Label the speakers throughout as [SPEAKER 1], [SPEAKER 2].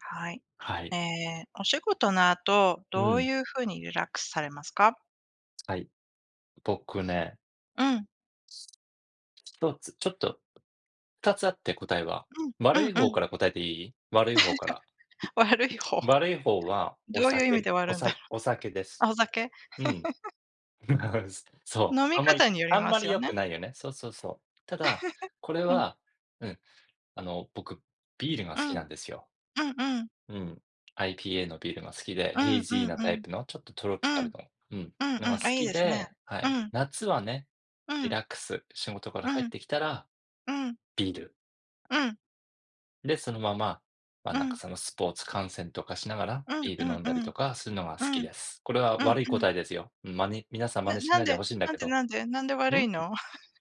[SPEAKER 1] はい。
[SPEAKER 2] はい。
[SPEAKER 1] えーお仕事の後、
[SPEAKER 2] う
[SPEAKER 1] どう
[SPEAKER 2] ん。
[SPEAKER 1] いう風にリラックスされますか？
[SPEAKER 2] はい。僕ね、
[SPEAKER 1] うん、う
[SPEAKER 2] 一つ、ちょっと2つあって答えは。
[SPEAKER 1] ん、う
[SPEAKER 2] 悪
[SPEAKER 1] ん
[SPEAKER 2] い
[SPEAKER 1] う
[SPEAKER 2] 方
[SPEAKER 1] ん。
[SPEAKER 2] から答えていい？悪い方から。
[SPEAKER 1] 悪い方。
[SPEAKER 2] 悪い方は
[SPEAKER 1] どういう意味で悪いんだろ
[SPEAKER 2] お酒です。
[SPEAKER 1] う。あ、お酒？
[SPEAKER 2] うん。そう。
[SPEAKER 1] 飲
[SPEAKER 2] あ
[SPEAKER 1] み
[SPEAKER 2] んま
[SPEAKER 1] 方
[SPEAKER 2] り
[SPEAKER 1] により
[SPEAKER 2] あん
[SPEAKER 1] ま
[SPEAKER 2] ま
[SPEAKER 1] す
[SPEAKER 2] り
[SPEAKER 1] よ
[SPEAKER 2] 良
[SPEAKER 1] ね。
[SPEAKER 2] くないよね。そうそうそう。ただ、これ
[SPEAKER 1] うん、
[SPEAKER 2] は、うん、僕ビールが
[SPEAKER 1] う
[SPEAKER 2] 好
[SPEAKER 1] ん、う
[SPEAKER 2] き
[SPEAKER 1] ん
[SPEAKER 2] なんですよ。
[SPEAKER 1] うん。
[SPEAKER 2] うん。IPA のビールが好きで、
[SPEAKER 1] う
[SPEAKER 2] ヘ
[SPEAKER 1] んう
[SPEAKER 2] イ
[SPEAKER 1] ん
[SPEAKER 2] ジーなタ
[SPEAKER 1] う
[SPEAKER 2] イ
[SPEAKER 1] ん。
[SPEAKER 2] プのちょっとトロ
[SPEAKER 1] う
[SPEAKER 2] ピカ
[SPEAKER 1] ん、うん
[SPEAKER 2] ルの、うん、
[SPEAKER 1] う
[SPEAKER 2] のが
[SPEAKER 1] ん。
[SPEAKER 2] 好
[SPEAKER 1] あ、いい
[SPEAKER 2] き
[SPEAKER 1] ですね。
[SPEAKER 2] で、は
[SPEAKER 1] う
[SPEAKER 2] い。
[SPEAKER 1] ん、
[SPEAKER 2] 夏はね、
[SPEAKER 1] う
[SPEAKER 2] リ
[SPEAKER 1] ん、
[SPEAKER 2] ラックス、仕事から
[SPEAKER 1] う
[SPEAKER 2] 帰っ
[SPEAKER 1] ん、
[SPEAKER 2] てきたら
[SPEAKER 1] うん、うん、
[SPEAKER 2] ビール。
[SPEAKER 1] うん、
[SPEAKER 2] で、そのまま、ま、
[SPEAKER 1] う
[SPEAKER 2] なんか
[SPEAKER 1] ん、
[SPEAKER 2] そのスポーツ観戦とかしながら、
[SPEAKER 1] うん
[SPEAKER 2] ビー
[SPEAKER 1] う
[SPEAKER 2] ル飲んだり
[SPEAKER 1] ん、う
[SPEAKER 2] と
[SPEAKER 1] ん、
[SPEAKER 2] かするのが好きです。これは
[SPEAKER 1] うん
[SPEAKER 2] 悪い
[SPEAKER 1] うん。
[SPEAKER 2] 答えですよ。皆さん真
[SPEAKER 1] な
[SPEAKER 2] 似し
[SPEAKER 1] な
[SPEAKER 2] な
[SPEAKER 1] ん
[SPEAKER 2] いで
[SPEAKER 1] で
[SPEAKER 2] ほしいんだ
[SPEAKER 1] なん
[SPEAKER 2] け
[SPEAKER 1] で
[SPEAKER 2] ど、
[SPEAKER 1] なんでなんで
[SPEAKER 2] ん？
[SPEAKER 1] 悪いの？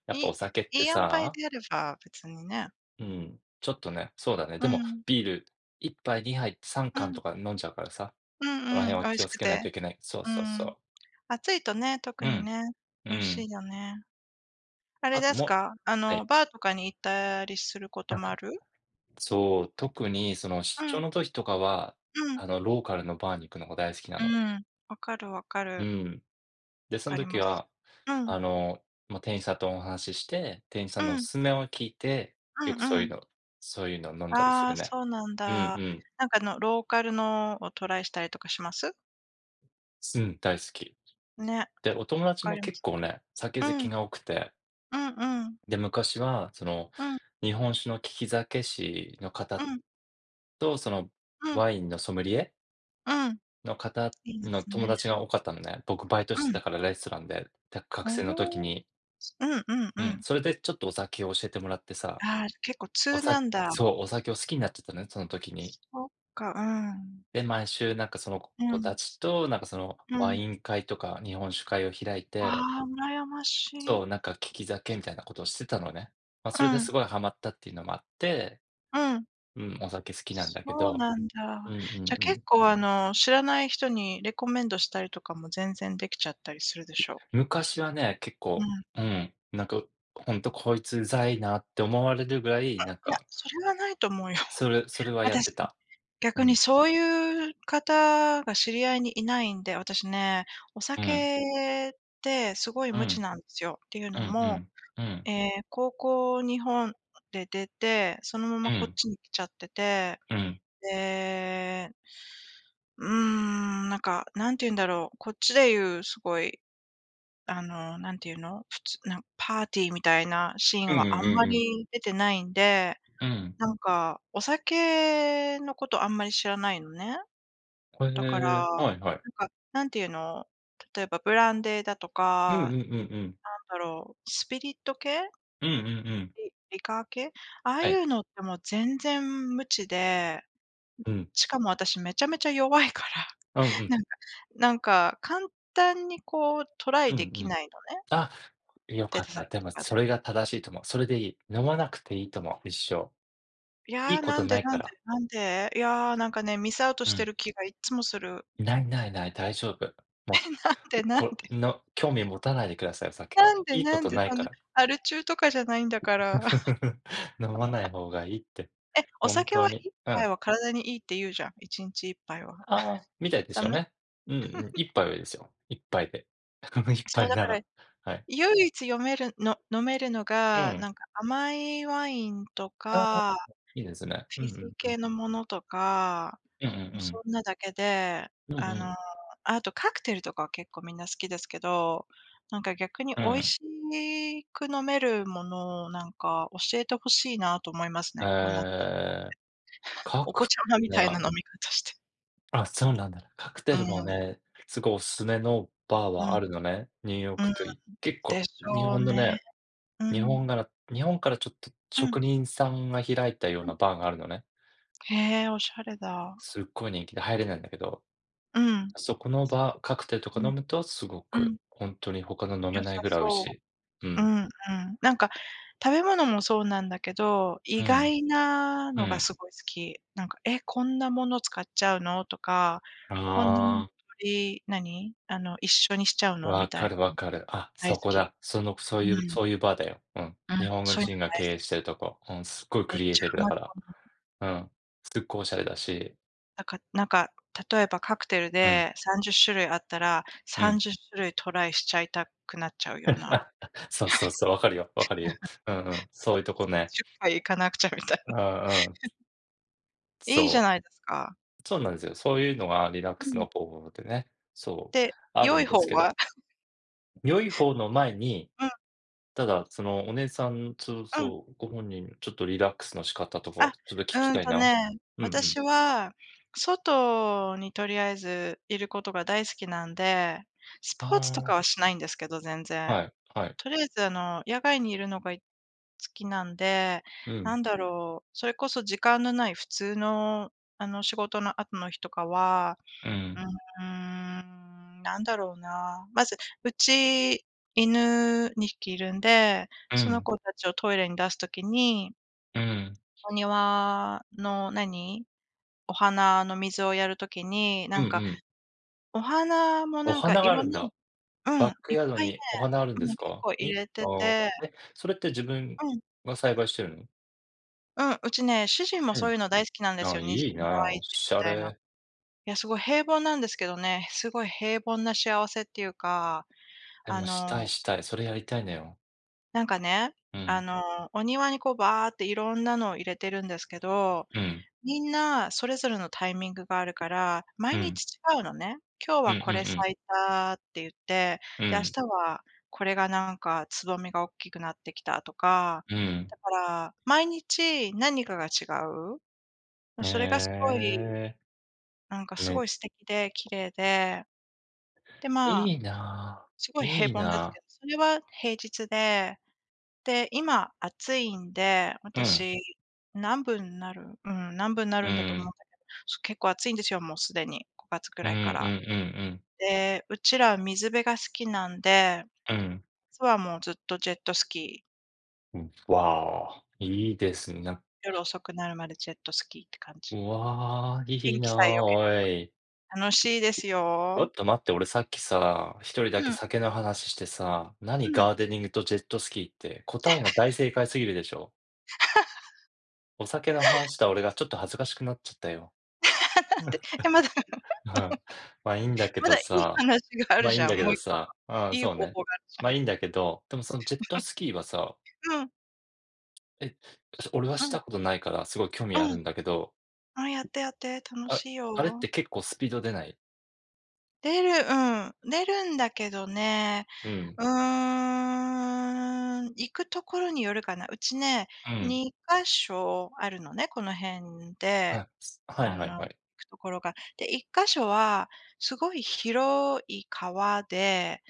[SPEAKER 2] やっぱ
[SPEAKER 1] いいい
[SPEAKER 2] お酒って
[SPEAKER 1] い塩梅
[SPEAKER 2] さ、
[SPEAKER 1] であれば別にね。
[SPEAKER 2] うん、ちょっとね、そうだね、
[SPEAKER 1] う
[SPEAKER 2] で
[SPEAKER 1] ん、
[SPEAKER 2] も
[SPEAKER 1] うん、
[SPEAKER 2] ビール1杯、2杯、3缶とか飲んじゃうからさ、
[SPEAKER 1] う
[SPEAKER 2] その
[SPEAKER 1] んう
[SPEAKER 2] 辺
[SPEAKER 1] ん、
[SPEAKER 2] は
[SPEAKER 1] 美味
[SPEAKER 2] 気
[SPEAKER 1] し
[SPEAKER 2] をつ
[SPEAKER 1] く
[SPEAKER 2] けないと
[SPEAKER 1] て。
[SPEAKER 2] いけない。そう
[SPEAKER 1] う
[SPEAKER 2] そうそ
[SPEAKER 1] ん、
[SPEAKER 2] う。
[SPEAKER 1] 暑いとね、特
[SPEAKER 2] う
[SPEAKER 1] に
[SPEAKER 2] ん、
[SPEAKER 1] ね、
[SPEAKER 2] う
[SPEAKER 1] 美味し
[SPEAKER 2] ん。
[SPEAKER 1] いよね。あれ
[SPEAKER 2] あと
[SPEAKER 1] です
[SPEAKER 2] も
[SPEAKER 1] か、あ
[SPEAKER 2] は
[SPEAKER 1] の、
[SPEAKER 2] い。
[SPEAKER 1] バーとかに行ったりするこ
[SPEAKER 2] な
[SPEAKER 1] と
[SPEAKER 2] ん
[SPEAKER 1] も
[SPEAKER 2] か、
[SPEAKER 1] ある？
[SPEAKER 2] そう、特にその出
[SPEAKER 1] う
[SPEAKER 2] 張
[SPEAKER 1] ん、
[SPEAKER 2] の時とかは、
[SPEAKER 1] うん、
[SPEAKER 2] ローカルのバーに行くのが大好きな
[SPEAKER 1] う
[SPEAKER 2] の。
[SPEAKER 1] ん、わかるわか
[SPEAKER 2] う
[SPEAKER 1] る、
[SPEAKER 2] ん。で、
[SPEAKER 1] わ
[SPEAKER 2] その
[SPEAKER 1] かり
[SPEAKER 2] 時
[SPEAKER 1] ます。
[SPEAKER 2] は、
[SPEAKER 1] うん、
[SPEAKER 2] あの、まあ、店員さんとお話しして、店員さんのお
[SPEAKER 1] うん、
[SPEAKER 2] すすめを聞いて、
[SPEAKER 1] うん
[SPEAKER 2] よくそう
[SPEAKER 1] う
[SPEAKER 2] いう
[SPEAKER 1] ん。
[SPEAKER 2] のそういうの飲んだりす
[SPEAKER 1] あ
[SPEAKER 2] る
[SPEAKER 1] あ、
[SPEAKER 2] ね。
[SPEAKER 1] そうなん
[SPEAKER 2] うん
[SPEAKER 1] だ。
[SPEAKER 2] うん。
[SPEAKER 1] なんかあの、ローカルのをトライしたりとかします？
[SPEAKER 2] うん、大好き。
[SPEAKER 1] ね、わ
[SPEAKER 2] で、お友達
[SPEAKER 1] か
[SPEAKER 2] も
[SPEAKER 1] りま
[SPEAKER 2] 結
[SPEAKER 1] す、わ
[SPEAKER 2] 構
[SPEAKER 1] か
[SPEAKER 2] ね、酒好
[SPEAKER 1] る。う
[SPEAKER 2] き
[SPEAKER 1] ん、
[SPEAKER 2] が多くて、
[SPEAKER 1] うんうん、
[SPEAKER 2] で、昔はその、
[SPEAKER 1] うん、
[SPEAKER 2] 日本酒の利き酒師の
[SPEAKER 1] う
[SPEAKER 2] 方
[SPEAKER 1] ん、
[SPEAKER 2] と、その
[SPEAKER 1] うん、
[SPEAKER 2] ワインのソムリエ
[SPEAKER 1] うん、
[SPEAKER 2] の方
[SPEAKER 1] いいで
[SPEAKER 2] の
[SPEAKER 1] す
[SPEAKER 2] 友
[SPEAKER 1] ね。
[SPEAKER 2] 達が多かったのね。僕バイト
[SPEAKER 1] う
[SPEAKER 2] してた
[SPEAKER 1] ん。
[SPEAKER 2] からレストランで、学生の時
[SPEAKER 1] おお、
[SPEAKER 2] に。
[SPEAKER 1] うんうん
[SPEAKER 2] う
[SPEAKER 1] う
[SPEAKER 2] ん、
[SPEAKER 1] ん。
[SPEAKER 2] それでちょっとお酒を教えてもらってさ
[SPEAKER 1] ああ、結構通なんだ。
[SPEAKER 2] そう、お酒を好きになっちゃったのね、その時に。
[SPEAKER 1] そっか、うん。
[SPEAKER 2] で、毎週なんかその
[SPEAKER 1] う
[SPEAKER 2] 子た
[SPEAKER 1] ん、
[SPEAKER 2] ちと、なんかその
[SPEAKER 1] う
[SPEAKER 2] ワ
[SPEAKER 1] ん。
[SPEAKER 2] イン会とか日本酒会を開いて、
[SPEAKER 1] ああ、羨まし
[SPEAKER 2] そう、
[SPEAKER 1] い。
[SPEAKER 2] なんか利き酒みたいなことをしてたのね。まあ、それで
[SPEAKER 1] うん、
[SPEAKER 2] すごいハマったっていうのもあって、
[SPEAKER 1] うん。
[SPEAKER 2] うん、お酒好きなん
[SPEAKER 1] そ
[SPEAKER 2] だけ
[SPEAKER 1] う
[SPEAKER 2] ど、
[SPEAKER 1] なん
[SPEAKER 2] う
[SPEAKER 1] だ。
[SPEAKER 2] んう
[SPEAKER 1] じ
[SPEAKER 2] ん
[SPEAKER 1] ゃ、
[SPEAKER 2] う
[SPEAKER 1] 結
[SPEAKER 2] ん。
[SPEAKER 1] 構、あの、知らない人にレコメンドしたりとかも全然できちゃったりするでしょ？
[SPEAKER 2] 昔はね、結
[SPEAKER 1] う
[SPEAKER 2] 構、
[SPEAKER 1] ん。
[SPEAKER 2] うん、なんかほんとこいつうざいなって思われるぐらい、なん
[SPEAKER 1] いや、
[SPEAKER 2] か、
[SPEAKER 1] それはないと思うよ。
[SPEAKER 2] それはやって
[SPEAKER 1] 私、
[SPEAKER 2] た。う
[SPEAKER 1] 逆に
[SPEAKER 2] ん、
[SPEAKER 1] そういう方が知り合いにいないんで、私ね、お
[SPEAKER 2] うん、
[SPEAKER 1] 酒ってすごい
[SPEAKER 2] う
[SPEAKER 1] 無知
[SPEAKER 2] ん、
[SPEAKER 1] なんですよ。っていう
[SPEAKER 2] う
[SPEAKER 1] の
[SPEAKER 2] んう
[SPEAKER 1] も、
[SPEAKER 2] ん、うん、
[SPEAKER 1] え高校、日本で出て、そのま
[SPEAKER 2] う
[SPEAKER 1] まこっ
[SPEAKER 2] ん、
[SPEAKER 1] ちに来ちゃってて
[SPEAKER 2] うん、
[SPEAKER 1] で、うーん、なんか、なんて言うんだろう、こっちで言うすごい、あの、なんて言うの、普通パーティーみたいなシー
[SPEAKER 2] う
[SPEAKER 1] ン
[SPEAKER 2] んう
[SPEAKER 1] はあん
[SPEAKER 2] ん
[SPEAKER 1] ま
[SPEAKER 2] うん、
[SPEAKER 1] り出てないんで、
[SPEAKER 2] うん。
[SPEAKER 1] なんか、お酒のことあんまり知らないのね。
[SPEAKER 2] へ
[SPEAKER 1] だから、
[SPEAKER 2] え、
[SPEAKER 1] な
[SPEAKER 2] はいはい。
[SPEAKER 1] んか、なんて言うの、例えばブランデーだと
[SPEAKER 2] うん
[SPEAKER 1] か、
[SPEAKER 2] うんうんうん。
[SPEAKER 1] なんだろう、スピリット系、
[SPEAKER 2] うんうんうん。
[SPEAKER 1] リリカー系、ああ
[SPEAKER 2] は
[SPEAKER 1] い
[SPEAKER 2] い。
[SPEAKER 1] うのってもう全然無知で、
[SPEAKER 2] うん。
[SPEAKER 1] しかも私めちゃめちゃ弱いから。
[SPEAKER 2] うんうん。
[SPEAKER 1] なんかなんか、簡単にこうトラ
[SPEAKER 2] う
[SPEAKER 1] イ
[SPEAKER 2] んう
[SPEAKER 1] でき
[SPEAKER 2] ん。
[SPEAKER 1] ないのね、
[SPEAKER 2] あ、良
[SPEAKER 1] 出
[SPEAKER 2] かっ
[SPEAKER 1] た
[SPEAKER 2] た。
[SPEAKER 1] 先
[SPEAKER 2] で
[SPEAKER 1] と
[SPEAKER 2] も
[SPEAKER 1] か
[SPEAKER 2] そ
[SPEAKER 1] で。
[SPEAKER 2] れが正しいと思う。それでいい。飲まなくていいと思う、一生。
[SPEAKER 1] い
[SPEAKER 2] いい
[SPEAKER 1] や、
[SPEAKER 2] こ
[SPEAKER 1] な
[SPEAKER 2] と
[SPEAKER 1] ん
[SPEAKER 2] な
[SPEAKER 1] で
[SPEAKER 2] い
[SPEAKER 1] な
[SPEAKER 2] か
[SPEAKER 1] んで
[SPEAKER 2] ら。
[SPEAKER 1] なんで、いや、なんかね、ミスアウト
[SPEAKER 2] う
[SPEAKER 1] して
[SPEAKER 2] ん。
[SPEAKER 1] る気がいっつもする。
[SPEAKER 2] ないないない、大丈夫。もう、
[SPEAKER 1] なんでなんで、
[SPEAKER 2] この興味持たないでください、お酒
[SPEAKER 1] な
[SPEAKER 2] は。
[SPEAKER 1] んで
[SPEAKER 2] いいこ
[SPEAKER 1] なん
[SPEAKER 2] と
[SPEAKER 1] で、
[SPEAKER 2] ない
[SPEAKER 1] そん
[SPEAKER 2] か
[SPEAKER 1] な
[SPEAKER 2] ら。
[SPEAKER 1] アル中とかじゃないんだから。
[SPEAKER 2] 飲まない方がいいって、
[SPEAKER 1] え、お
[SPEAKER 2] 本
[SPEAKER 1] 酒
[SPEAKER 2] 当
[SPEAKER 1] は
[SPEAKER 2] に。
[SPEAKER 1] 1
[SPEAKER 2] う
[SPEAKER 1] 杯
[SPEAKER 2] ん。
[SPEAKER 1] は体にいいって言うじゃん、1日1杯は。
[SPEAKER 2] ああ、みたいです
[SPEAKER 1] ダ
[SPEAKER 2] よ
[SPEAKER 1] メ？
[SPEAKER 2] ね。うんうん、一杯はいいですよ。一杯で。一
[SPEAKER 1] そう、
[SPEAKER 2] 杯
[SPEAKER 1] だ
[SPEAKER 2] な
[SPEAKER 1] から、
[SPEAKER 2] ら、はい。
[SPEAKER 1] 唯一読めるの飲めるの
[SPEAKER 2] う
[SPEAKER 1] が、
[SPEAKER 2] ん。
[SPEAKER 1] なんか甘いワインと
[SPEAKER 2] あ
[SPEAKER 1] か、
[SPEAKER 2] いいですね。う
[SPEAKER 1] フィ
[SPEAKER 2] ん
[SPEAKER 1] ジ
[SPEAKER 2] う
[SPEAKER 1] ー
[SPEAKER 2] んうん。
[SPEAKER 1] 系のものとか
[SPEAKER 2] うんうんう
[SPEAKER 1] もうそ
[SPEAKER 2] ん。
[SPEAKER 1] んなだけで、
[SPEAKER 2] うんう
[SPEAKER 1] あの、
[SPEAKER 2] ん。
[SPEAKER 1] あとカクテルとかは結構みんな好きですけど、なんか逆に
[SPEAKER 2] う
[SPEAKER 1] 美味
[SPEAKER 2] ん。
[SPEAKER 1] しく飲めるものをなんか教えてほしいなと思いますね。こんな、
[SPEAKER 2] えー。カ
[SPEAKER 1] お子
[SPEAKER 2] ク
[SPEAKER 1] ちゃ
[SPEAKER 2] テ
[SPEAKER 1] ま
[SPEAKER 2] ル
[SPEAKER 1] み
[SPEAKER 2] な
[SPEAKER 1] たいな
[SPEAKER 2] ら
[SPEAKER 1] 飲み方して。
[SPEAKER 2] あ、そうなんだ。カクテ
[SPEAKER 1] う
[SPEAKER 2] ルも
[SPEAKER 1] ん、
[SPEAKER 2] ね、すごいおすすめのバー
[SPEAKER 1] うん、う
[SPEAKER 2] はあるのね、ニューヨーク
[SPEAKER 1] ん、
[SPEAKER 2] 結
[SPEAKER 1] で
[SPEAKER 2] 構
[SPEAKER 1] し
[SPEAKER 2] 日
[SPEAKER 1] ょ
[SPEAKER 2] 本
[SPEAKER 1] う
[SPEAKER 2] の
[SPEAKER 1] ね。
[SPEAKER 2] ね、
[SPEAKER 1] う
[SPEAKER 2] 日
[SPEAKER 1] ん、
[SPEAKER 2] 本から日本からちょっと
[SPEAKER 1] うん、うん。
[SPEAKER 2] 職人さんが開いたようなバーがあるのね。
[SPEAKER 1] へえ、おしゃれだ。
[SPEAKER 2] すっごい人気で入れないんだけど、
[SPEAKER 1] うん。
[SPEAKER 2] そこのバーカクテルと
[SPEAKER 1] う
[SPEAKER 2] か
[SPEAKER 1] ん、
[SPEAKER 2] 飲むとすご
[SPEAKER 1] う
[SPEAKER 2] く、
[SPEAKER 1] ん、
[SPEAKER 2] 本当に他の飲め
[SPEAKER 1] 良
[SPEAKER 2] ない
[SPEAKER 1] さ
[SPEAKER 2] ぐらい美味し
[SPEAKER 1] そ
[SPEAKER 2] い。う
[SPEAKER 1] う。う
[SPEAKER 2] ん。
[SPEAKER 1] んうん。なんか、食べ物もそうなんだけど、意
[SPEAKER 2] うん。
[SPEAKER 1] 外な
[SPEAKER 2] う
[SPEAKER 1] のが
[SPEAKER 2] ん。
[SPEAKER 1] すごい好き。なんか、え、こんなもの使っちゃうの？とか、
[SPEAKER 2] あ
[SPEAKER 1] こんなもの
[SPEAKER 2] あ。
[SPEAKER 1] 取何、あの、一緒にしちゃうの？み
[SPEAKER 2] わ
[SPEAKER 1] たい
[SPEAKER 2] かる
[SPEAKER 1] な、
[SPEAKER 2] わかる。あ、
[SPEAKER 1] 大好
[SPEAKER 2] そこ
[SPEAKER 1] き。
[SPEAKER 2] だ。その、そういう
[SPEAKER 1] うん。
[SPEAKER 2] そういうバーだよ。うん。
[SPEAKER 1] うん、
[SPEAKER 2] 日本
[SPEAKER 1] そういうの
[SPEAKER 2] 人が
[SPEAKER 1] 大
[SPEAKER 2] 経
[SPEAKER 1] 好
[SPEAKER 2] 営
[SPEAKER 1] き。
[SPEAKER 2] してるとこ。うん、すっごいク
[SPEAKER 1] めっ
[SPEAKER 2] リエイ
[SPEAKER 1] ちゃ
[SPEAKER 2] ティブ
[SPEAKER 1] ハ
[SPEAKER 2] だ
[SPEAKER 1] マる
[SPEAKER 2] か
[SPEAKER 1] と
[SPEAKER 2] ら。
[SPEAKER 1] 思う。
[SPEAKER 2] うん。すっごいおしゃれだし。
[SPEAKER 1] なんか、例えばカクテル
[SPEAKER 2] うん、
[SPEAKER 1] で30種類あったら、
[SPEAKER 2] うん。
[SPEAKER 1] 30種類トライしちゃいたくなっちゃうような、
[SPEAKER 2] そうそうそう、わかるよ、わかるよ。うんうん、そういうとこね。
[SPEAKER 1] 10回行かなくちゃみたい
[SPEAKER 2] うんうん。
[SPEAKER 1] な。いいじゃ
[SPEAKER 2] そ
[SPEAKER 1] ないですか。
[SPEAKER 2] う。そうなんですよ。そういうのがリラック
[SPEAKER 1] う
[SPEAKER 2] ス
[SPEAKER 1] ん。
[SPEAKER 2] の方法でね、そう、
[SPEAKER 1] で、
[SPEAKER 2] ある
[SPEAKER 1] 良い
[SPEAKER 2] んです
[SPEAKER 1] 方
[SPEAKER 2] けど。
[SPEAKER 1] は
[SPEAKER 2] 良い方の前に、
[SPEAKER 1] うん、
[SPEAKER 2] ただ、そのお姉さん、そう
[SPEAKER 1] うん。
[SPEAKER 2] そう、ご本人、ちょっとリラックスの仕方とか、
[SPEAKER 1] あ、
[SPEAKER 2] ちょっと聞き
[SPEAKER 1] うん
[SPEAKER 2] たい
[SPEAKER 1] と
[SPEAKER 2] な。
[SPEAKER 1] ね、
[SPEAKER 2] うんうん。
[SPEAKER 1] 私は、外にとりあえずいることが大好きなんで、ス
[SPEAKER 2] あ
[SPEAKER 1] ポーツとかは
[SPEAKER 2] あ。
[SPEAKER 1] しないんですけど、全然。
[SPEAKER 2] はい、はい。
[SPEAKER 1] とりあえずあの、野外にいるのが好きなんで、
[SPEAKER 2] う
[SPEAKER 1] な
[SPEAKER 2] ん、
[SPEAKER 1] んだろう、それこそ時間のない普通の、あの、仕事の後の日とかは、
[SPEAKER 2] う
[SPEAKER 1] う
[SPEAKER 2] ん、
[SPEAKER 1] なんだろうな。まず、うち、犬2匹いるんで、
[SPEAKER 2] う
[SPEAKER 1] その
[SPEAKER 2] ん、
[SPEAKER 1] 子たちをトイレに出すときに
[SPEAKER 2] うん、
[SPEAKER 1] お庭の何、お花の水をやるときに、な
[SPEAKER 2] うんう
[SPEAKER 1] んか、
[SPEAKER 2] ん。
[SPEAKER 1] お花も
[SPEAKER 2] お
[SPEAKER 1] なんか
[SPEAKER 2] 花
[SPEAKER 1] い
[SPEAKER 2] があ
[SPEAKER 1] ろ
[SPEAKER 2] る
[SPEAKER 1] ん
[SPEAKER 2] ん
[SPEAKER 1] な
[SPEAKER 2] だ。
[SPEAKER 1] う
[SPEAKER 2] バ
[SPEAKER 1] ん、
[SPEAKER 2] ック
[SPEAKER 1] いっ
[SPEAKER 2] ヤード
[SPEAKER 1] ぱいね、
[SPEAKER 2] にお花あるん
[SPEAKER 1] う
[SPEAKER 2] です
[SPEAKER 1] ん、結
[SPEAKER 2] か？
[SPEAKER 1] 構
[SPEAKER 2] いい
[SPEAKER 1] 入れて
[SPEAKER 2] な。
[SPEAKER 1] て、
[SPEAKER 2] え、それって自分
[SPEAKER 1] うん、
[SPEAKER 2] が栽培してるの？
[SPEAKER 1] うん、うちね、主人も
[SPEAKER 2] う
[SPEAKER 1] そう
[SPEAKER 2] ん。
[SPEAKER 1] いうの大好きなんです
[SPEAKER 2] あ
[SPEAKER 1] よ、
[SPEAKER 2] いい
[SPEAKER 1] 庭
[SPEAKER 2] な、
[SPEAKER 1] い
[SPEAKER 2] お
[SPEAKER 1] じり
[SPEAKER 2] し
[SPEAKER 1] み
[SPEAKER 2] ゃ
[SPEAKER 1] たいな。い
[SPEAKER 2] れ。
[SPEAKER 1] や、すごい平凡なんですけどね、すごい平凡な幸せっていうか、
[SPEAKER 2] で
[SPEAKER 1] あ
[SPEAKER 2] もしたい
[SPEAKER 1] の、
[SPEAKER 2] したい、それやりたいのよ。
[SPEAKER 1] なんかね、
[SPEAKER 2] う
[SPEAKER 1] あ
[SPEAKER 2] ん、
[SPEAKER 1] の、お庭にこうバーっていろんなのを入れてるんですけど
[SPEAKER 2] うん、
[SPEAKER 1] みんなそれぞれのタイミングがあるから、
[SPEAKER 2] う
[SPEAKER 1] 毎
[SPEAKER 2] ん、
[SPEAKER 1] 日違うのね。今日
[SPEAKER 2] うん
[SPEAKER 1] は
[SPEAKER 2] う
[SPEAKER 1] これ
[SPEAKER 2] ん
[SPEAKER 1] 咲いたって言って、
[SPEAKER 2] うん、う
[SPEAKER 1] で、明
[SPEAKER 2] ん、
[SPEAKER 1] 日はこれがなんかつぼみが大きくなってきたとか、
[SPEAKER 2] うん。
[SPEAKER 1] だから毎日何かが違う。
[SPEAKER 2] へ
[SPEAKER 1] それがすごい、
[SPEAKER 2] え、
[SPEAKER 1] なんかすご
[SPEAKER 2] め
[SPEAKER 1] い素敵で綺麗で、で、まあ
[SPEAKER 2] いいな、
[SPEAKER 1] すごい平
[SPEAKER 2] いい
[SPEAKER 1] 凡ですけ
[SPEAKER 2] な。
[SPEAKER 1] ど、それは平日で、で、今暑いんで、
[SPEAKER 2] うん、
[SPEAKER 1] 私、何分にな
[SPEAKER 2] う
[SPEAKER 1] るんだと思うんだ
[SPEAKER 2] ん、
[SPEAKER 1] けど、そう、結構暑いんですよ、もうすでに、5月く
[SPEAKER 2] うん
[SPEAKER 1] ら
[SPEAKER 2] う
[SPEAKER 1] い
[SPEAKER 2] ん
[SPEAKER 1] から。
[SPEAKER 2] うん
[SPEAKER 1] で、うちら水辺が好きなんで、
[SPEAKER 2] うん、うん。
[SPEAKER 1] 夏はもうずっとジェットスキー、
[SPEAKER 2] うん、わあ、いいですね。なん
[SPEAKER 1] 夜遅くなるまでジェットスキーって感
[SPEAKER 2] う
[SPEAKER 1] じ。
[SPEAKER 2] わあ、い
[SPEAKER 1] 天
[SPEAKER 2] い
[SPEAKER 1] 気
[SPEAKER 2] な、
[SPEAKER 1] さえ良けれ
[SPEAKER 2] おい。
[SPEAKER 1] ば楽しいです
[SPEAKER 2] ちょ
[SPEAKER 1] よ。
[SPEAKER 2] っと待って、俺さっきさ、一人だ
[SPEAKER 1] う
[SPEAKER 2] け
[SPEAKER 1] ん、
[SPEAKER 2] 酒の話してさ、
[SPEAKER 1] う
[SPEAKER 2] 何ガ
[SPEAKER 1] ん。
[SPEAKER 2] ーデニングとジェットスキーって、答えが大正解すぎるでしょ。お酒の話した俺がちょっと恥ずかしくなっちゃったよ。
[SPEAKER 1] なんで、え、まだ
[SPEAKER 2] うん。まあ、いいんだけ
[SPEAKER 1] ま
[SPEAKER 2] ど
[SPEAKER 1] だいい
[SPEAKER 2] さ
[SPEAKER 1] 話があ
[SPEAKER 2] ま
[SPEAKER 1] る
[SPEAKER 2] あ、いい
[SPEAKER 1] じ
[SPEAKER 2] ん
[SPEAKER 1] ゃ
[SPEAKER 2] だ
[SPEAKER 1] ん、
[SPEAKER 2] け
[SPEAKER 1] もう
[SPEAKER 2] ど
[SPEAKER 1] 一個の。
[SPEAKER 2] さ、うん、
[SPEAKER 1] いい方
[SPEAKER 2] そうね。
[SPEAKER 1] 法があるじ
[SPEAKER 2] まあ、いいんだけど、でもそのジェットスキーはさ、
[SPEAKER 1] ゃん。うん、
[SPEAKER 2] え、俺は
[SPEAKER 1] う
[SPEAKER 2] し
[SPEAKER 1] ん、
[SPEAKER 2] たことないからすごい興味
[SPEAKER 1] う
[SPEAKER 2] ある
[SPEAKER 1] ん。
[SPEAKER 2] んだけど、
[SPEAKER 1] あ、やってやって、楽
[SPEAKER 2] あ
[SPEAKER 1] しい
[SPEAKER 2] あれっ
[SPEAKER 1] よ。
[SPEAKER 2] て結構スピード出ない？
[SPEAKER 1] 出るんだけどね、
[SPEAKER 2] うん、
[SPEAKER 1] うー行くところによるかな。うちね、
[SPEAKER 2] うん、
[SPEAKER 1] 2か所あるのね、この辺で、
[SPEAKER 2] あ、は
[SPEAKER 1] あ
[SPEAKER 2] いはい
[SPEAKER 1] の、行
[SPEAKER 2] はい。
[SPEAKER 1] くところが。で、1か所はすごい広い川で、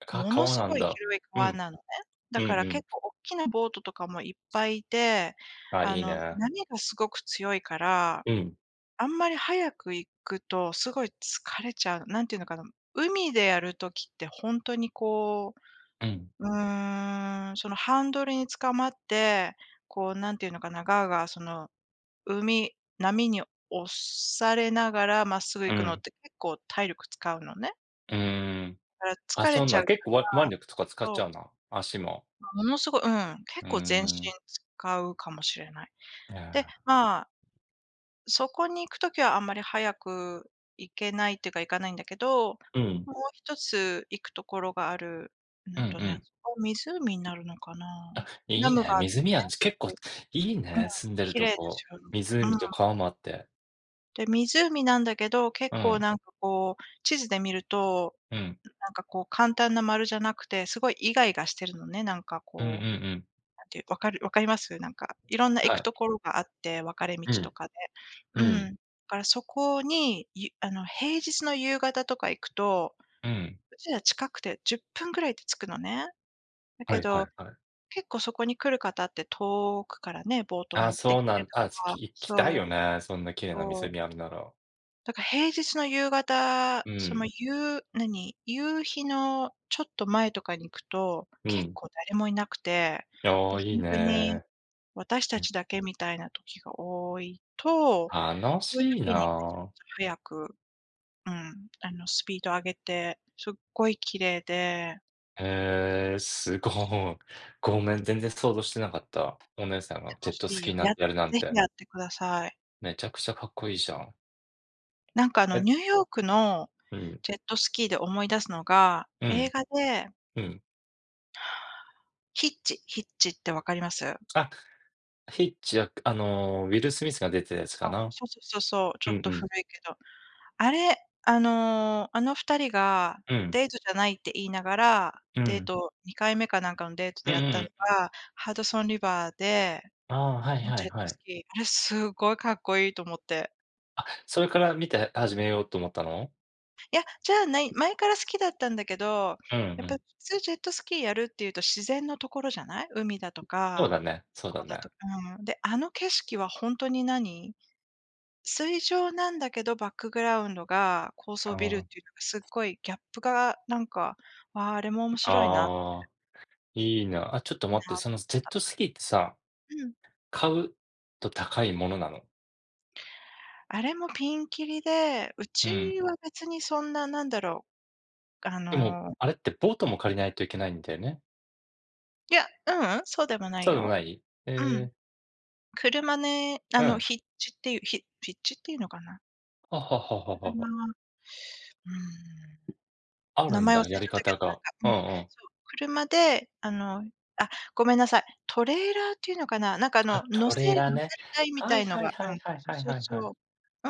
[SPEAKER 1] も
[SPEAKER 2] 皮
[SPEAKER 1] のす
[SPEAKER 2] なん
[SPEAKER 1] ごい
[SPEAKER 2] だ。
[SPEAKER 1] 広い
[SPEAKER 2] う
[SPEAKER 1] 川
[SPEAKER 2] ん、
[SPEAKER 1] なのね。だ
[SPEAKER 2] うんう
[SPEAKER 1] から
[SPEAKER 2] ん。
[SPEAKER 1] 結構大きなボートとかもいっぱいいて、
[SPEAKER 2] あ、
[SPEAKER 1] あ
[SPEAKER 2] いい
[SPEAKER 1] の、
[SPEAKER 2] ね。
[SPEAKER 1] 波がすごく強いから
[SPEAKER 2] うん、
[SPEAKER 1] あんまり早く行くと、すごい疲れちゃう。なんていうのかな、海でやる時って本当にこう、
[SPEAKER 2] うん、
[SPEAKER 1] そのハンドルにつかまって、こうなんていうのかな、ガーガーその海波に押されながらまっすぐ
[SPEAKER 2] う
[SPEAKER 1] 行くのっ
[SPEAKER 2] ん、
[SPEAKER 1] て結構体力使うのね。
[SPEAKER 2] うーん。
[SPEAKER 1] だ
[SPEAKER 2] あ、
[SPEAKER 1] から疲れ
[SPEAKER 2] そん
[SPEAKER 1] ちゃ
[SPEAKER 2] な、
[SPEAKER 1] うか
[SPEAKER 2] 結構腕
[SPEAKER 1] ら、
[SPEAKER 2] 力とか使っちゃ
[SPEAKER 1] そ
[SPEAKER 2] うな、足も。
[SPEAKER 1] う、ものすごい
[SPEAKER 2] う
[SPEAKER 1] 結
[SPEAKER 2] ー
[SPEAKER 1] 構全身
[SPEAKER 2] ん。
[SPEAKER 1] 使うかもしれない。
[SPEAKER 2] い
[SPEAKER 1] で、
[SPEAKER 2] や、
[SPEAKER 1] まあそこに行くときはあんまり早く行けないっていうか、行かないんだけど、も
[SPEAKER 2] うん、
[SPEAKER 1] う一つ行くところがある、
[SPEAKER 2] うんう
[SPEAKER 1] あ
[SPEAKER 2] ん。
[SPEAKER 1] そこは湖になるのかな。
[SPEAKER 2] い
[SPEAKER 1] ダ
[SPEAKER 2] い
[SPEAKER 1] ム
[SPEAKER 2] ね、
[SPEAKER 1] があって
[SPEAKER 2] 湖
[SPEAKER 1] ね、
[SPEAKER 2] やん、結
[SPEAKER 1] す
[SPEAKER 2] 構
[SPEAKER 1] ごい
[SPEAKER 2] いいね、住んでる
[SPEAKER 1] 綺麗
[SPEAKER 2] と
[SPEAKER 1] で
[SPEAKER 2] こ。
[SPEAKER 1] すよね。う
[SPEAKER 2] 湖
[SPEAKER 1] ん。
[SPEAKER 2] と川もあって。
[SPEAKER 1] で、湖なんだけど、結
[SPEAKER 2] う
[SPEAKER 1] 構
[SPEAKER 2] ん、
[SPEAKER 1] なんかこう、地図で見ると、
[SPEAKER 2] うん、
[SPEAKER 1] なんかこう簡単な丸じゃなくて、すごいイガイガしてるのね、なんか
[SPEAKER 2] うんうん
[SPEAKER 1] こう
[SPEAKER 2] うん。
[SPEAKER 1] なんていう、分かります？なんか、いろんな行
[SPEAKER 2] は
[SPEAKER 1] く
[SPEAKER 2] い。
[SPEAKER 1] ところがあって、分かれ道
[SPEAKER 2] う
[SPEAKER 1] と
[SPEAKER 2] ん、
[SPEAKER 1] かで。
[SPEAKER 2] う
[SPEAKER 1] う
[SPEAKER 2] ん、
[SPEAKER 1] ん。だからそこに、あの、平日の夕方とか行くと、
[SPEAKER 2] うん。
[SPEAKER 1] うちら近くて10分ぐらいで着くのね。だ
[SPEAKER 2] は
[SPEAKER 1] け
[SPEAKER 2] いはい
[SPEAKER 1] ど、
[SPEAKER 2] はい。
[SPEAKER 1] 結構そこに来る方って遠くからね、ボート
[SPEAKER 2] あ、
[SPEAKER 1] 持って
[SPEAKER 2] そ
[SPEAKER 1] き
[SPEAKER 2] うな
[SPEAKER 1] て
[SPEAKER 2] んあ、
[SPEAKER 1] とか
[SPEAKER 2] 行きたい
[SPEAKER 1] そ
[SPEAKER 2] よ
[SPEAKER 1] う、
[SPEAKER 2] ね、そんな綺麗な
[SPEAKER 1] そう。
[SPEAKER 2] 湖あるなら。
[SPEAKER 1] だから平日の夕方、
[SPEAKER 2] う
[SPEAKER 1] その
[SPEAKER 2] ん、
[SPEAKER 1] 何、夕日のちょっと前とかに行くと、
[SPEAKER 2] う
[SPEAKER 1] 結
[SPEAKER 2] ん。
[SPEAKER 1] 構誰もいなくて、
[SPEAKER 2] あ
[SPEAKER 1] も
[SPEAKER 2] あ、
[SPEAKER 1] う
[SPEAKER 2] い
[SPEAKER 1] ほ
[SPEAKER 2] い
[SPEAKER 1] んとに
[SPEAKER 2] ね。
[SPEAKER 1] 私た
[SPEAKER 2] うん。
[SPEAKER 1] ちだけみたいな時が多いと、
[SPEAKER 2] 楽
[SPEAKER 1] そういう
[SPEAKER 2] しい
[SPEAKER 1] 時にめちゃ
[SPEAKER 2] なぁ。
[SPEAKER 1] めちゃ早く、うん、あの、スピード上げて、すっごい綺麗で、
[SPEAKER 2] へえー、すご
[SPEAKER 1] 楽しい
[SPEAKER 2] い。ごめん、全然想像してなかった。お姉さんがジェ
[SPEAKER 1] 楽
[SPEAKER 2] ッ
[SPEAKER 1] し
[SPEAKER 2] トス
[SPEAKER 1] い
[SPEAKER 2] キ
[SPEAKER 1] よ。
[SPEAKER 2] ーなんてやるなん
[SPEAKER 1] ぜひ
[SPEAKER 2] て。
[SPEAKER 1] やってください。
[SPEAKER 2] めちゃくちゃかっこいいじゃん。
[SPEAKER 1] なんか、あの、
[SPEAKER 2] え
[SPEAKER 1] ニューヨークの
[SPEAKER 2] うん、
[SPEAKER 1] ジェットスキーで思い出すのが、
[SPEAKER 2] う
[SPEAKER 1] 映
[SPEAKER 2] ん、
[SPEAKER 1] 画で
[SPEAKER 2] うん。
[SPEAKER 1] ヒッチヒッチってわかります？
[SPEAKER 2] あ、ヒッチは、ウィル・スミスが出てたやつか
[SPEAKER 1] そう、
[SPEAKER 2] な。
[SPEAKER 1] そうそうそうそう、ちょ
[SPEAKER 2] うん
[SPEAKER 1] っ
[SPEAKER 2] う
[SPEAKER 1] と古
[SPEAKER 2] ん。
[SPEAKER 1] いけど。あれ、あの2人が
[SPEAKER 2] うん、
[SPEAKER 1] デートじゃないって言いながら、
[SPEAKER 2] う
[SPEAKER 1] デー
[SPEAKER 2] ん。
[SPEAKER 1] ト二回目かなんかのデート
[SPEAKER 2] う
[SPEAKER 1] で
[SPEAKER 2] んう
[SPEAKER 1] やったの
[SPEAKER 2] ん。
[SPEAKER 1] が、ハドソンリバーで
[SPEAKER 2] ああ、はい
[SPEAKER 1] の
[SPEAKER 2] は
[SPEAKER 1] ジ
[SPEAKER 2] い
[SPEAKER 1] ェット
[SPEAKER 2] は
[SPEAKER 1] ス
[SPEAKER 2] い。
[SPEAKER 1] キー。あれすごいかっこいいと思って。
[SPEAKER 2] あ、それから見て始めようと思ったの？
[SPEAKER 1] いや、じゃあない、前から好きだったんだけど、
[SPEAKER 2] うんう
[SPEAKER 1] やっぱ普
[SPEAKER 2] ん。
[SPEAKER 1] 通ジェットスキーやるっていうと自然のところじゃない？海だと
[SPEAKER 2] そうだ
[SPEAKER 1] か、
[SPEAKER 2] ね、そうだ
[SPEAKER 1] 川だ
[SPEAKER 2] ね。
[SPEAKER 1] とか、うん。で、あの景色はほんとに何、水上なんだけど、バックグラウンドが高
[SPEAKER 2] あ
[SPEAKER 1] 層ビルっ
[SPEAKER 2] ー
[SPEAKER 1] ていうのがすっごいギャップがなんか、わあ、あれも面白いな、
[SPEAKER 2] ああ、いいな。あ、ちょっと
[SPEAKER 1] いいな
[SPEAKER 2] 待っ
[SPEAKER 1] と
[SPEAKER 2] て、
[SPEAKER 1] 思
[SPEAKER 2] そのジ
[SPEAKER 1] っ
[SPEAKER 2] ェット
[SPEAKER 1] た。
[SPEAKER 2] スキーってさ
[SPEAKER 1] うん。
[SPEAKER 2] 買うと高いものなの。
[SPEAKER 1] あれもピンキリで、う
[SPEAKER 2] う
[SPEAKER 1] ち
[SPEAKER 2] ん。
[SPEAKER 1] は別にそんな、う、あ
[SPEAKER 2] でも、
[SPEAKER 1] の
[SPEAKER 2] あれってボートも借りないといけないんだよね。
[SPEAKER 1] いや、ううん、そうでもない
[SPEAKER 2] そうでも
[SPEAKER 1] よ。
[SPEAKER 2] ない？え
[SPEAKER 1] うん。
[SPEAKER 2] え、
[SPEAKER 1] 車ね、
[SPEAKER 2] う
[SPEAKER 1] あの、
[SPEAKER 2] ん。
[SPEAKER 1] ヒッチっていうのかな。
[SPEAKER 2] ははははは
[SPEAKER 1] 車
[SPEAKER 2] は。
[SPEAKER 1] は、うーん。
[SPEAKER 2] ある
[SPEAKER 1] 名
[SPEAKER 2] ん
[SPEAKER 1] 前忘れ
[SPEAKER 2] だ、やり
[SPEAKER 1] ちゃったけ
[SPEAKER 2] 方
[SPEAKER 1] ど、なん
[SPEAKER 2] が。
[SPEAKER 1] か、う
[SPEAKER 2] うん
[SPEAKER 1] ん、
[SPEAKER 2] うん。
[SPEAKER 1] そう、車で、あの、あ、ごめんなさい、トレーラーっていうのかな、なんかあの、
[SPEAKER 2] あ、
[SPEAKER 1] 乗
[SPEAKER 2] ト
[SPEAKER 1] せ
[SPEAKER 2] レー
[SPEAKER 1] 乗
[SPEAKER 2] ラーね。
[SPEAKER 1] せる台み
[SPEAKER 2] は
[SPEAKER 1] た
[SPEAKER 2] い
[SPEAKER 1] いの
[SPEAKER 2] はい
[SPEAKER 1] が、
[SPEAKER 2] は
[SPEAKER 1] う
[SPEAKER 2] い
[SPEAKER 1] ん、
[SPEAKER 2] はい
[SPEAKER 1] そう
[SPEAKER 2] はい
[SPEAKER 1] そう
[SPEAKER 2] はいはい。
[SPEAKER 1] そう。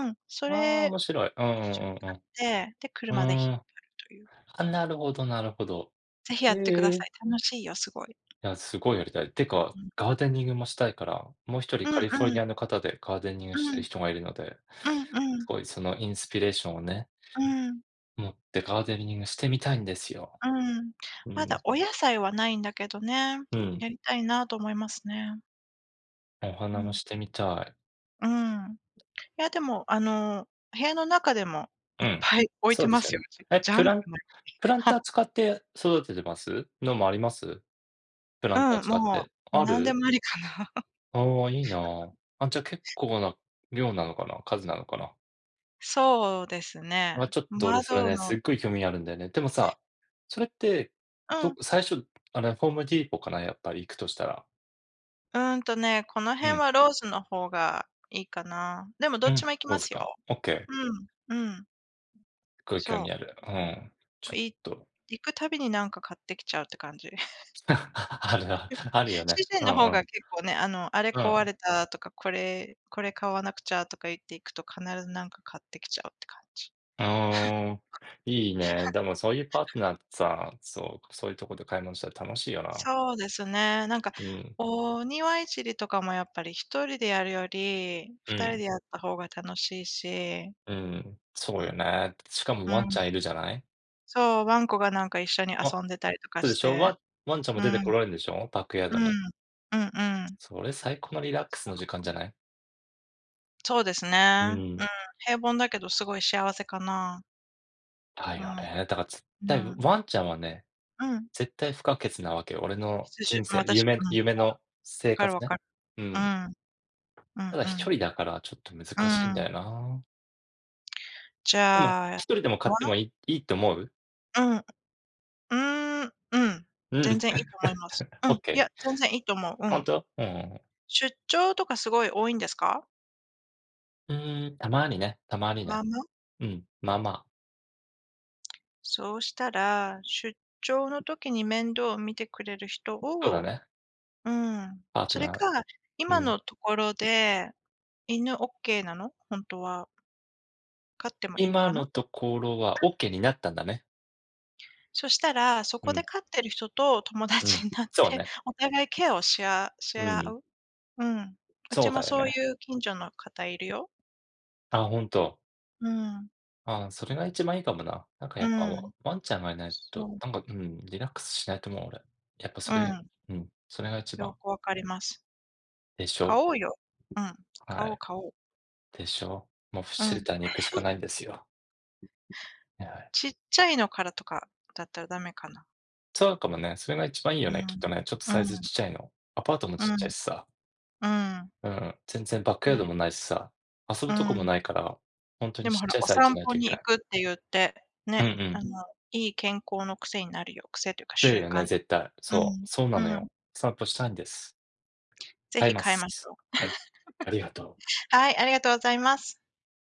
[SPEAKER 1] うん、そ
[SPEAKER 2] ああ、
[SPEAKER 1] れを
[SPEAKER 2] 面白い。うんう
[SPEAKER 1] 一緒に
[SPEAKER 2] んう
[SPEAKER 1] 買
[SPEAKER 2] ん
[SPEAKER 1] って、で、
[SPEAKER 2] う
[SPEAKER 1] 車で引
[SPEAKER 2] ん。うーん。
[SPEAKER 1] っ張るという。
[SPEAKER 2] あ、なるほどなるほど。
[SPEAKER 1] ぜひや
[SPEAKER 2] え
[SPEAKER 1] ってくださ
[SPEAKER 2] え。
[SPEAKER 1] い。楽しいよ、すごい。
[SPEAKER 2] いや、すごいやりたい。てか、
[SPEAKER 1] うん。
[SPEAKER 2] ガーデニングもしたいから、もう一人
[SPEAKER 1] うん
[SPEAKER 2] カリフォル
[SPEAKER 1] う
[SPEAKER 2] ニ
[SPEAKER 1] ん。
[SPEAKER 2] アの方でガーデニングし
[SPEAKER 1] う
[SPEAKER 2] てる
[SPEAKER 1] ん。
[SPEAKER 2] 人がいるので、
[SPEAKER 1] うんう
[SPEAKER 2] す
[SPEAKER 1] ん。
[SPEAKER 2] ごいそのインスピレーションをね、
[SPEAKER 1] うん。
[SPEAKER 2] 持ってガーデニングしてみたいんですよ。
[SPEAKER 1] うん。
[SPEAKER 2] う
[SPEAKER 1] まだ
[SPEAKER 2] ん、
[SPEAKER 1] お野菜はないんだけどね、
[SPEAKER 2] うん。
[SPEAKER 1] やりたいなと思いますね。
[SPEAKER 2] お
[SPEAKER 1] う
[SPEAKER 2] 花も
[SPEAKER 1] ん。
[SPEAKER 2] してみたい。
[SPEAKER 1] うん。いや、でも、あの、部屋の中でも
[SPEAKER 2] う
[SPEAKER 1] いっ
[SPEAKER 2] ん。
[SPEAKER 1] ぱい置い
[SPEAKER 2] そう
[SPEAKER 1] て
[SPEAKER 2] で
[SPEAKER 1] ま
[SPEAKER 2] すよ
[SPEAKER 1] すよ、
[SPEAKER 2] ね。
[SPEAKER 1] うち。
[SPEAKER 2] え、
[SPEAKER 1] ジャン
[SPEAKER 2] プ
[SPEAKER 1] グ
[SPEAKER 2] ラン
[SPEAKER 1] ルの。
[SPEAKER 2] プラン
[SPEAKER 1] はい。
[SPEAKER 2] ター使って育ててます？のもあります？プラ
[SPEAKER 1] う
[SPEAKER 2] ンター
[SPEAKER 1] ん、
[SPEAKER 2] 使っ
[SPEAKER 1] も
[SPEAKER 2] て。
[SPEAKER 1] う
[SPEAKER 2] あ
[SPEAKER 1] 何で
[SPEAKER 2] る？
[SPEAKER 1] もありかな。
[SPEAKER 2] ああ、いいな。あ、じゃ、結構な量なのかな、数なのかな。
[SPEAKER 1] そうですね。
[SPEAKER 2] あ、ちょっと俺それ
[SPEAKER 1] 窓
[SPEAKER 2] ね、す
[SPEAKER 1] の、
[SPEAKER 2] っごい興味あるんだよね。でもさ、それって、
[SPEAKER 1] うん、
[SPEAKER 2] 最初、あれ、ホームディーポかな、やっぱり行くとしたら。
[SPEAKER 1] うんとね、この
[SPEAKER 2] う
[SPEAKER 1] 辺
[SPEAKER 2] ん、
[SPEAKER 1] はローズの方がいいかな。でもど
[SPEAKER 2] う
[SPEAKER 1] っ
[SPEAKER 2] ん、
[SPEAKER 1] ち
[SPEAKER 2] そ
[SPEAKER 1] も行き
[SPEAKER 2] うで
[SPEAKER 1] ま
[SPEAKER 2] す
[SPEAKER 1] す
[SPEAKER 2] か。
[SPEAKER 1] よ。
[SPEAKER 2] オッケー。
[SPEAKER 1] うん、うん、
[SPEAKER 2] すっごい興味
[SPEAKER 1] そ
[SPEAKER 2] ある。うん。ちょ
[SPEAKER 1] う。
[SPEAKER 2] っと
[SPEAKER 1] 行くたびになんか買ってきちゃうって感じ。
[SPEAKER 2] あるある、あるよね。
[SPEAKER 1] 主人
[SPEAKER 2] うんう
[SPEAKER 1] の方が
[SPEAKER 2] ん。
[SPEAKER 1] 結構ね、あの、あれ
[SPEAKER 2] う
[SPEAKER 1] 壊
[SPEAKER 2] ん。
[SPEAKER 1] れたとか、これ買わなくちゃとか言って行くと必ずなんか買ってきちゃうって感じ。
[SPEAKER 2] ああ、いいね。でもそういうパートナーってさ、そう、そういうとこで買い物したら楽しいよな。
[SPEAKER 1] そうですね。なんか、
[SPEAKER 2] うん。
[SPEAKER 1] お庭いじりとかもやっぱり一人でやるより、
[SPEAKER 2] う
[SPEAKER 1] 二人
[SPEAKER 2] ん。
[SPEAKER 1] でやった方が楽しいし、
[SPEAKER 2] うん。そ
[SPEAKER 1] う
[SPEAKER 2] うよ
[SPEAKER 1] ん。
[SPEAKER 2] ね。しかも
[SPEAKER 1] う
[SPEAKER 2] ワン
[SPEAKER 1] ん。
[SPEAKER 2] ちゃんいるじゃない。
[SPEAKER 1] そう、ワンコがなんか一緒に
[SPEAKER 2] わ
[SPEAKER 1] 遊んでたりとか
[SPEAKER 2] そうで
[SPEAKER 1] し
[SPEAKER 2] しょ。
[SPEAKER 1] て。
[SPEAKER 2] ワンちゃんも
[SPEAKER 1] う
[SPEAKER 2] 出
[SPEAKER 1] ん、う
[SPEAKER 2] て
[SPEAKER 1] ん。
[SPEAKER 2] こられるんでしょ、バックヤードに。
[SPEAKER 1] うんうん。
[SPEAKER 2] それ最高のリラックス
[SPEAKER 1] そ
[SPEAKER 2] の時
[SPEAKER 1] う、
[SPEAKER 2] 間じゃない？
[SPEAKER 1] そうです
[SPEAKER 2] う
[SPEAKER 1] ね。うん、
[SPEAKER 2] ん。
[SPEAKER 1] 平凡だけどすごい幸せかな。
[SPEAKER 2] だ
[SPEAKER 1] う
[SPEAKER 2] よ
[SPEAKER 1] ん、
[SPEAKER 2] ね。だから絶対
[SPEAKER 1] うん。
[SPEAKER 2] ワンちゃんはね、
[SPEAKER 1] うん。
[SPEAKER 2] 絶対不可欠なわけよ。俺の
[SPEAKER 1] 羊
[SPEAKER 2] 人生、
[SPEAKER 1] 私う
[SPEAKER 2] 夢
[SPEAKER 1] ん。
[SPEAKER 2] 夢の
[SPEAKER 1] わ
[SPEAKER 2] 生
[SPEAKER 1] かる
[SPEAKER 2] 活
[SPEAKER 1] わ
[SPEAKER 2] ね。
[SPEAKER 1] かる。
[SPEAKER 2] う
[SPEAKER 1] う
[SPEAKER 2] ん。
[SPEAKER 1] ん。うん
[SPEAKER 2] ただ
[SPEAKER 1] う
[SPEAKER 2] 一
[SPEAKER 1] ん。
[SPEAKER 2] 人だからちょっと
[SPEAKER 1] う
[SPEAKER 2] 難しいんだ
[SPEAKER 1] ん。
[SPEAKER 2] よな。
[SPEAKER 1] じ
[SPEAKER 2] でも、
[SPEAKER 1] ゃあ
[SPEAKER 2] 一
[SPEAKER 1] わ
[SPEAKER 2] 人でも買ってもいいと思う？
[SPEAKER 1] うん。うーん、うん。
[SPEAKER 2] うん、
[SPEAKER 1] 全然いいと思います。う
[SPEAKER 2] オッ
[SPEAKER 1] ん、い
[SPEAKER 2] ケ
[SPEAKER 1] や、
[SPEAKER 2] ー。
[SPEAKER 1] 全然いいと思う。う
[SPEAKER 2] ほん
[SPEAKER 1] ん。
[SPEAKER 2] と？うん。
[SPEAKER 1] 出張とかすごい多いんですか？
[SPEAKER 2] うーん、たまにね、たまにね。
[SPEAKER 1] ママ？
[SPEAKER 2] うん、まあまあ、
[SPEAKER 1] そうしたら、出張の時に面倒を見てくれる人
[SPEAKER 2] そうだ
[SPEAKER 1] を、
[SPEAKER 2] ね、
[SPEAKER 1] うん。
[SPEAKER 2] パート
[SPEAKER 1] それ
[SPEAKER 2] ナー
[SPEAKER 1] か、
[SPEAKER 2] う
[SPEAKER 1] 今
[SPEAKER 2] ん。
[SPEAKER 1] のところで、犬オッケーなの？ほんとは。飼ってもいいの
[SPEAKER 2] 今
[SPEAKER 1] か
[SPEAKER 2] の
[SPEAKER 1] な？
[SPEAKER 2] ところはオッケーになったんだね。
[SPEAKER 1] そしたら、そ
[SPEAKER 2] う
[SPEAKER 1] こで
[SPEAKER 2] ん、
[SPEAKER 1] 飼ってる人と友
[SPEAKER 2] う
[SPEAKER 1] 達
[SPEAKER 2] ん。
[SPEAKER 1] になっ
[SPEAKER 2] そう
[SPEAKER 1] て、
[SPEAKER 2] ね。
[SPEAKER 1] お互いケアをしあし
[SPEAKER 2] う
[SPEAKER 1] 合
[SPEAKER 2] ん、
[SPEAKER 1] う。うん。う
[SPEAKER 2] そ
[SPEAKER 1] ち
[SPEAKER 2] う
[SPEAKER 1] も
[SPEAKER 2] だよ
[SPEAKER 1] そうい
[SPEAKER 2] ね。
[SPEAKER 1] う近所の方いるよ。
[SPEAKER 2] あ、ほんと。
[SPEAKER 1] うん。
[SPEAKER 2] ああ、それが一番いいかもな。なんかや
[SPEAKER 1] う
[SPEAKER 2] っぱ、
[SPEAKER 1] ん。
[SPEAKER 2] ワンちゃんがいない
[SPEAKER 1] そ
[SPEAKER 2] と、
[SPEAKER 1] う、
[SPEAKER 2] なんか、うん、リラックスしないと思う、俺。やっぱ
[SPEAKER 1] うん、
[SPEAKER 2] それが一
[SPEAKER 1] よ
[SPEAKER 2] 番。
[SPEAKER 1] くわかります。
[SPEAKER 2] でし
[SPEAKER 1] 買
[SPEAKER 2] ょ？
[SPEAKER 1] おうよ。うん、買
[SPEAKER 2] は
[SPEAKER 1] おう
[SPEAKER 2] い。
[SPEAKER 1] 買おう。
[SPEAKER 2] でしょ。もう
[SPEAKER 1] う
[SPEAKER 2] シェル
[SPEAKER 1] ん。
[SPEAKER 2] ターに行くしかないんですよ。はい。
[SPEAKER 1] ちっちゃいのからとかだったらダメかな。
[SPEAKER 2] そうかもね、それが一番いいよね、き
[SPEAKER 1] う
[SPEAKER 2] っ
[SPEAKER 1] ん。
[SPEAKER 2] とね。ちょっと
[SPEAKER 1] う
[SPEAKER 2] サイズ
[SPEAKER 1] ん、
[SPEAKER 2] ちっちゃいの。アパートもちっ
[SPEAKER 1] う
[SPEAKER 2] ちゃい
[SPEAKER 1] ん、
[SPEAKER 2] しさ。
[SPEAKER 1] うん。
[SPEAKER 2] うん、全然バックヤー
[SPEAKER 1] ね、
[SPEAKER 2] ドもないしさ、遊
[SPEAKER 1] う
[SPEAKER 2] ぶとこも
[SPEAKER 1] ん。
[SPEAKER 2] ないから、ほんとに
[SPEAKER 1] でも
[SPEAKER 2] ちっ
[SPEAKER 1] ほ
[SPEAKER 2] ち
[SPEAKER 1] ら、
[SPEAKER 2] ゃい
[SPEAKER 1] お
[SPEAKER 2] サイズじゃ
[SPEAKER 1] 散
[SPEAKER 2] ない
[SPEAKER 1] 歩
[SPEAKER 2] といけ
[SPEAKER 1] に
[SPEAKER 2] な
[SPEAKER 1] 行
[SPEAKER 2] い。
[SPEAKER 1] くって言って、
[SPEAKER 2] うん
[SPEAKER 1] ね、
[SPEAKER 2] う
[SPEAKER 1] あ
[SPEAKER 2] ん。
[SPEAKER 1] の、いい健康の癖になるよ。癖というか
[SPEAKER 2] そうだ
[SPEAKER 1] 習
[SPEAKER 2] よね、
[SPEAKER 1] 慣。
[SPEAKER 2] 絶対。そう、そうな
[SPEAKER 1] う
[SPEAKER 2] の
[SPEAKER 1] ん、うん。
[SPEAKER 2] よ。散歩したいんです。
[SPEAKER 1] ぜ
[SPEAKER 2] 買い
[SPEAKER 1] ひ
[SPEAKER 2] ま
[SPEAKER 1] 変えまし
[SPEAKER 2] す。
[SPEAKER 1] ょう。
[SPEAKER 2] はい。ありがとう。
[SPEAKER 1] はい、ありがとうございます。